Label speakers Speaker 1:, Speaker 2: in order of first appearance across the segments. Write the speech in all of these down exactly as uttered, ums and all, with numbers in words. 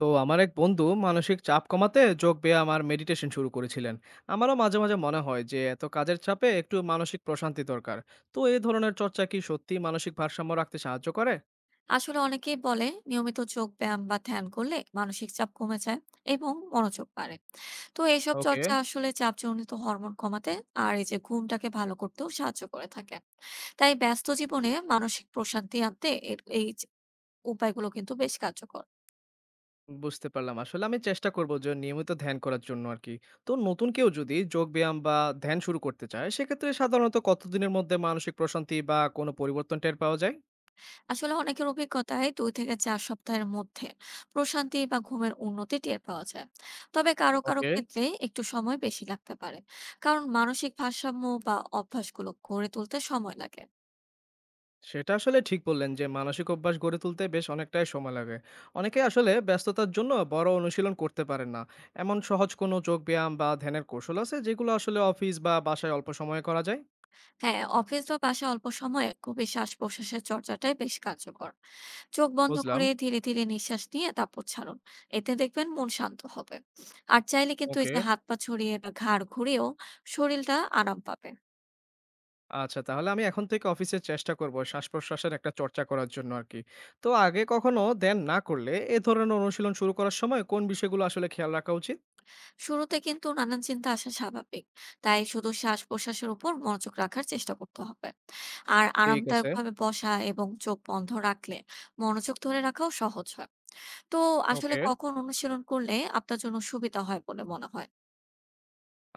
Speaker 1: তো আমার এক বন্ধু মানসিক চাপ কমাতে যোগ ব্যায়াম আর মেডিটেশন শুরু করেছিলেন। আমারও মাঝে মাঝে মনে হয় যে এত কাজের চাপে একটু মানসিক প্রশান্তি দরকার। তো এই ধরনের চর্চা কি সত্যি মানসিক ভারসাম্য রাখতে সাহায্য করে?
Speaker 2: আসলে অনেকেই বলে নিয়মিত যোগ ব্যায়াম বা ধ্যান করলে মানসিক চাপ কমে যায় এবং মনোযোগ বাড়ে। তো এইসব
Speaker 1: ওকে।
Speaker 2: চর্চা আসলে চাপজনিত হরমোন কমাতে আর এই যে ঘুমটাকে ভালো করতেও সাহায্য করে থাকে। তাই ব্যস্ত জীবনে মানসিক প্রশান্তি আনতে এর- এই যে উপায়গুলো কিন্তু বেশ কার্যকর।
Speaker 1: বুঝতে পারলাম, আসলে আমি চেষ্টা করব যে নিয়মিত ধ্যান করার জন্য আর কি। তো নতুন কেউ যদি যোগ ব্যায়াম বা ধ্যান শুরু করতে চায় সেক্ষেত্রে সাধারণত কতদিনের মধ্যে মানসিক প্রশান্তি বা কোনো পরিবর্তন টের পাওয়া যায়?
Speaker 2: আসলে অনেকের অভিজ্ঞতায় দুই থেকে চার সপ্তাহের মধ্যে প্রশান্তি বা ঘুমের উন্নতি টের পাওয়া যায়, তবে কারো কারো
Speaker 1: ওকে।
Speaker 2: ক্ষেত্রে একটু সময় বেশি লাগতে পারে, কারণ মানসিক ভারসাম্য বা অভ্যাসগুলো গড়ে তুলতে সময় লাগে।
Speaker 1: সেটা আসলে ঠিক বললেন যে মানসিক অভ্যাস গড়ে তুলতে বেশ অনেকটাই সময় লাগে। অনেকে আসলে ব্যস্ততার জন্য বড় অনুশীলন করতে পারেন না। এমন সহজ কোনো যোগ ব্যায়াম বা ধ্যানের কৌশল আছে যেগুলো আসলে অফিস বা বাসায় অল্প সময়ে করা যায়?
Speaker 2: হ্যাঁ, অফিস বা বাসায় অল্প সময়ে গভীর শ্বাস প্রশ্বাসের চর্চাটাই বেশ কার্যকর। চোখ বন্ধ
Speaker 1: বুঝলাম।
Speaker 2: করে ধীরে ধীরে নিঃশ্বাস নিয়ে তারপর ছাড়ুন। এতে দেখবেন মন শান্ত হবে। আর চাইলে কিন্তু এই
Speaker 1: ওকে।
Speaker 2: যে হাত পা ছড়িয়ে বা ঘাড় ঘুরিয়েও শরীরটা আরাম পাবে।
Speaker 1: আচ্ছা, তাহলে আমি এখন থেকে অফিসে চেষ্টা করব শ্বাস-প্রশ্বাসের একটা চর্চা করার জন্য আরকি। তো আগে কখনো ধ্যান না করলে এ ধরনের অনুশীলন শুরু করার সময় কোন বিষয়গুলো আসলে খেয়াল রাখা উচিত?
Speaker 2: শুরুতে কিন্তু নানান চিন্তা আসা স্বাভাবিক, তাই শুধু শ্বাস প্রশ্বাসের উপর মনোযোগ রাখার চেষ্টা করতে হবে। আর
Speaker 1: ঠিক
Speaker 2: আরামদায়ক
Speaker 1: আছে।
Speaker 2: ভাবে বসা এবং চোখ বন্ধ রাখলে মনোযোগ ধরে রাখাও সহজ হয়। তো আসলে
Speaker 1: ওকে।
Speaker 2: কখন অনুশীলন করলে আপনার জন্য সুবিধা হয় বলে মনে হয়?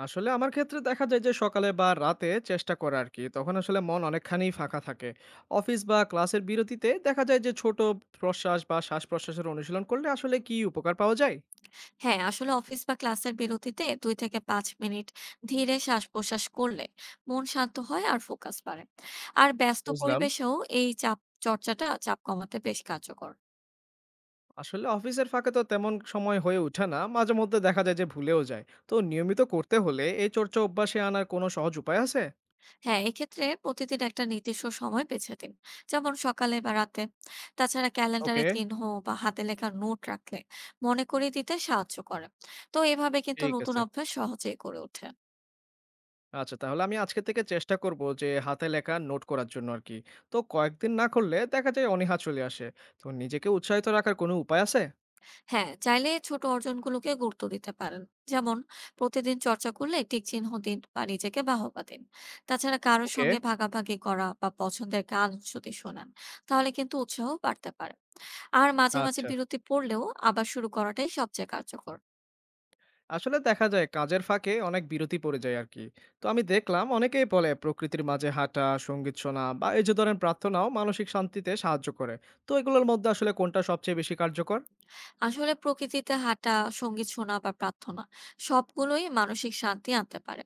Speaker 1: আসলে আমার ক্ষেত্রে দেখা যায় যে সকালে বা রাতে চেষ্টা করা আর কি, তখন আসলে মন অনেকখানি ফাঁকা থাকে। অফিস বা ক্লাসের বিরতিতে দেখা যায় যে ছোট প্রশ্বাস বা শ্বাস প্রশ্বাসের অনুশীলন করলে আসলে কি উপকার পাওয়া যায়?
Speaker 2: হ্যাঁ, আসলে অফিস বা ক্লাসের বিরতিতে দুই থেকে পাঁচ মিনিট ধীরে শ্বাস প্রশ্বাস করলে মন শান্ত হয় আর ফোকাস বাড়ে। আর ব্যস্ত
Speaker 1: বুঝলাম।
Speaker 2: পরিবেশেও এই চাপ চর্চাটা চাপ কমাতে বেশ কার্যকর।
Speaker 1: আসলে অফিসের ফাঁকে তো তেমন সময় হয়ে ওঠে না, মাঝে মধ্যে দেখা যায় যে ভুলেও যায়। তো নিয়মিত করতে হলে এই চর্চা অভ্যাসে আনার কোনো সহজ উপায় আছে?
Speaker 2: হ্যাঁ, এক্ষেত্রে প্রতিদিন একটা নির্দিষ্ট সময় বেছে দিন, যেমন সকালে বা রাতে। তাছাড়া
Speaker 1: ওকে।
Speaker 2: ক্যালেন্ডারে চিহ্ন বা হাতে লেখা নোট রাখলে মনে করিয়ে দিতে সাহায্য করে। তো এভাবে কিন্তু
Speaker 1: ঠিক
Speaker 2: নতুন
Speaker 1: আছে।
Speaker 2: অভ্যাস সহজেই গড়ে ওঠে।
Speaker 1: আচ্ছা, তাহলে আমি আজকে থেকে চেষ্টা করব যে হাতে লেখা নোট করার জন্য আরকি। তো কয়েকদিন না করলে দেখা যায় অনীহা চলে আসে। তো নিজেকে উৎসাহিত রাখার কোনো উপায় আছে?
Speaker 2: হ্যাঁ, চাইলে ছোট অর্জনগুলোকে গুরুত্ব দিতে পারেন। যেমন, প্রতিদিন চর্চা করলে টিক চিহ্ন দিন বা নিজেকে বাহবা দিন। তাছাড়া কারোর
Speaker 1: ওকে।
Speaker 2: সঙ্গে ভাগাভাগি করা বা পছন্দের গান যদি শোনান, তাহলে কিন্তু উৎসাহ বাড়তে পারে। আর মাঝে মাঝে
Speaker 1: আচ্ছা।
Speaker 2: বিরতি পড়লেও আবার শুরু করাটাই সবচেয়ে কার্যকর।
Speaker 1: আসলে দেখা যায় কাজের ফাঁকে অনেক বিরতি পড়ে যায় আরকি। তো আমি দেখলাম অনেকেই বলে প্রকৃতির মাঝে হাঁটা, সঙ্গীত শোনা বা এই যে ধরেন প্রার্থনাও মানসিক শান্তিতে সাহায্য করে। তো এগুলোর মধ্যে আসলে কোনটা সবচেয়ে বেশি কার্যকর?
Speaker 2: আসলে প্রকৃতিতে হাঁটা, সঙ্গীত শোনা বা প্রার্থনা, সবগুলোই মানসিক শান্তি আনতে পারে।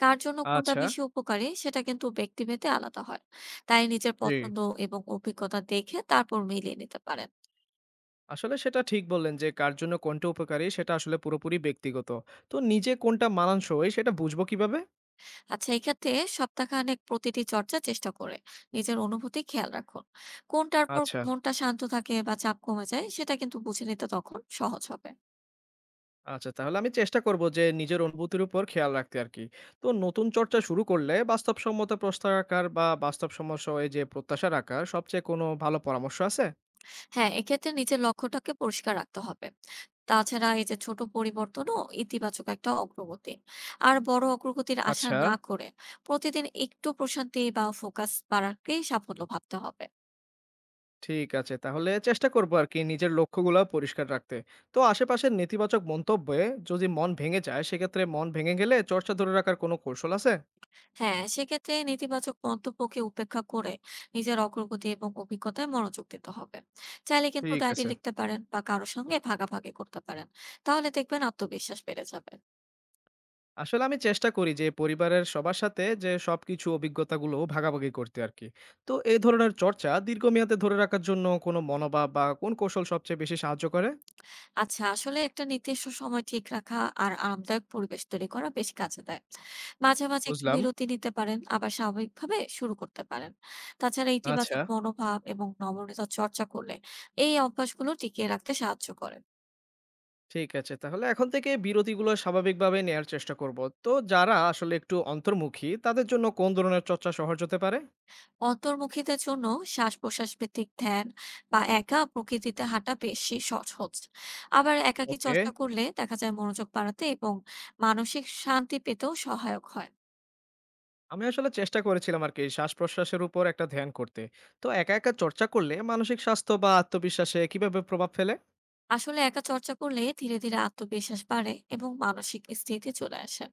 Speaker 2: কার জন্য কোনটা
Speaker 1: আচ্ছা।
Speaker 2: বেশি উপকারী সেটা কিন্তু ব্যক্তিভেদে আলাদা হয়। তাই নিজের
Speaker 1: জি।
Speaker 2: পছন্দ এবং অভিজ্ঞতা দেখে তারপর মিলিয়ে নিতে পারেন।
Speaker 1: আসলে সেটা ঠিক বললেন যে কার জন্য কোনটা উপকারী সেটা আসলে পুরোপুরি ব্যক্তিগত। তো নিজে কোনটা মানানসই সেটা বুঝবো কিভাবে?
Speaker 2: আচ্ছা, এক্ষেত্রে সপ্তাহখানেক প্রতিটি চর্চা চেষ্টা করে নিজের অনুভূতি খেয়াল রাখুন। কোনটার পর
Speaker 1: আচ্ছা।
Speaker 2: মনটা শান্ত থাকে বা চাপ কমে যায় সেটা কিন্তু বুঝে নিতে তখন সহজ হবে।
Speaker 1: আচ্ছা, তাহলে আমি চেষ্টা করব যে নিজের অনুভূতির উপর খেয়াল রাখতে আরকি। তো নতুন চর্চা শুরু করলে বাস্তবসম্মত প্রশ্ন রাখার বা বাস্তব সমস্যা, এই যে প্রত্যাশা রাখার সবচেয়ে কোনো ভালো পরামর্শ আছে?
Speaker 2: হ্যাঁ, এক্ষেত্রে নিজের লক্ষ্যটাকে পরিষ্কার রাখতে হবে। তাছাড়া এই যে ছোট পরিবর্তনও ইতিবাচক একটা অগ্রগতি। আর বড় অগ্রগতির আশা
Speaker 1: আচ্ছা।
Speaker 2: না করে প্রতিদিন একটু প্রশান্তি বা ফোকাস বাড়াকেই সাফল্য ভাবতে হবে।
Speaker 1: ঠিক আছে, তাহলে চেষ্টা করব আরকি নিজের লক্ষ্যগুলো পরিষ্কার রাখতে। তো আশেপাশের নেতিবাচক মন্তব্যে যদি মন ভেঙে যায়, সেক্ষেত্রে মন ভেঙে গেলে চর্চা ধরে রাখার কোনো কৌশল আছে?
Speaker 2: হ্যাঁ, সেক্ষেত্রে নেতিবাচক মন্তব্যকে উপেক্ষা করে নিজের অগ্রগতি এবং অভিজ্ঞতায় মনোযোগ দিতে হবে। চাইলে কিন্তু
Speaker 1: ঠিক
Speaker 2: ডায়েরি
Speaker 1: আছে।
Speaker 2: লিখতে পারেন বা কারো সঙ্গে ভাগাভাগি করতে পারেন। তাহলে দেখবেন আত্মবিশ্বাস বেড়ে যাবে।
Speaker 1: আসলে আমি চেষ্টা করি যে পরিবারের সবার সাথে যে সবকিছু অভিজ্ঞতাগুলো ভাগাভাগি করতে আর কি। তো এই ধরনের চর্চা দীর্ঘমেয়াদে ধরে রাখার জন্য কোনো মনোভাব বা কোন কৌশল সবচেয়ে বেশি সাহায্য করে?
Speaker 2: আচ্ছা, আসলে একটা নির্দিষ্ট সময় ঠিক রাখা আর আরামদায়ক পরিবেশ তৈরি করা বেশ কাজে দেয়। মাঝে মাঝে একটু
Speaker 1: বুঝলাম।
Speaker 2: বিরতি নিতে পারেন, আবার স্বাভাবিকভাবে শুরু করতে পারেন। তাছাড়া
Speaker 1: আচ্ছা।
Speaker 2: ইতিবাচক মনোভাব এবং নমনীয়তা চর্চা করলে এই অভ্যাসগুলো টিকিয়ে রাখতে সাহায্য করে।
Speaker 1: ঠিক আছে, তাহলে এখন থেকে বিরতিগুলো স্বাভাবিকভাবে নেয়ার চেষ্টা করব। তো যারা আসলে একটু অন্তর্মুখী তাদের জন্য কোন ধরনের চর্চা সহজ হতে পারে?
Speaker 2: অন্তর্মুখীদের জন্য শ্বাস-প্রশ্বাস ভিত্তিক ধ্যান বা একা প্রকৃতিতে হাঁটা বেশি সহজ। আবার একাকী
Speaker 1: ওকে।
Speaker 2: চর্চা করলে দেখা যায় মনোযোগ বাড়াতে এবং মানসিক শান্তি পেতেও সহায়ক হয়।
Speaker 1: আমি আসলে চেষ্টা করেছিলাম আর কি শ্বাস প্রশ্বাসের উপর একটা ধ্যান করতে। তো একা একা চর্চা করলে মানসিক স্বাস্থ্য বা আত্মবিশ্বাসে কিভাবে প্রভাব ফেলে?
Speaker 2: আসলে একা চর্চা করলে ধীরে ধীরে আত্মবিশ্বাস বাড়ে এবং মানসিক স্থিতি চলে আসে।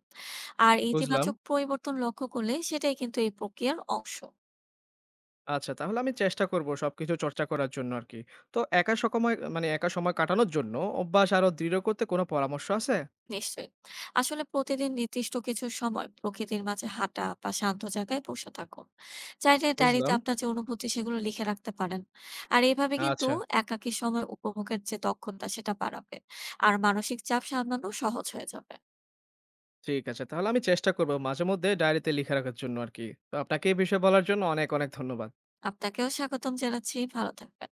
Speaker 2: আর
Speaker 1: বুঝলাম।
Speaker 2: ইতিবাচক পরিবর্তন লক্ষ্য করলে সেটাই কিন্তু এই প্রক্রিয়ার অংশ।
Speaker 1: আচ্ছা, তাহলে আমি চেষ্টা করব সবকিছু চর্চা করার জন্য আরকি। তো একা সকময় মানে একা সময় কাটানোর জন্য অভ্যাস আরো দৃঢ় করতে কোনো পরামর্শ আছে?
Speaker 2: নিশ্চয়ই। আসলে প্রতিদিন নির্দিষ্ট কিছু সময় প্রকৃতির মাঝে হাঁটা বা শান্ত জায়গায় বসে থাকুন। চাইলে ডায়েরিতে
Speaker 1: বুঝলাম।
Speaker 2: আপনার যে অনুভূতি সেগুলো লিখে রাখতে পারেন। আর এইভাবে কিন্তু
Speaker 1: আচ্ছা।
Speaker 2: একাকী সময় উপভোগের যে দক্ষতা সেটা বাড়াবে আর মানসিক চাপ সামলানো সহজ হয়ে যাবে।
Speaker 1: ঠিক আছে, তাহলে আমি চেষ্টা করব মাঝে মধ্যে ডায়েরিতে লিখে রাখার জন্য আরকি। তো আপনাকে এই বিষয়ে বলার জন্য অনেক, অনেক ধন্যবাদ।
Speaker 2: আপনাকেও স্বাগতম জানাচ্ছি, ভালো থাকবেন।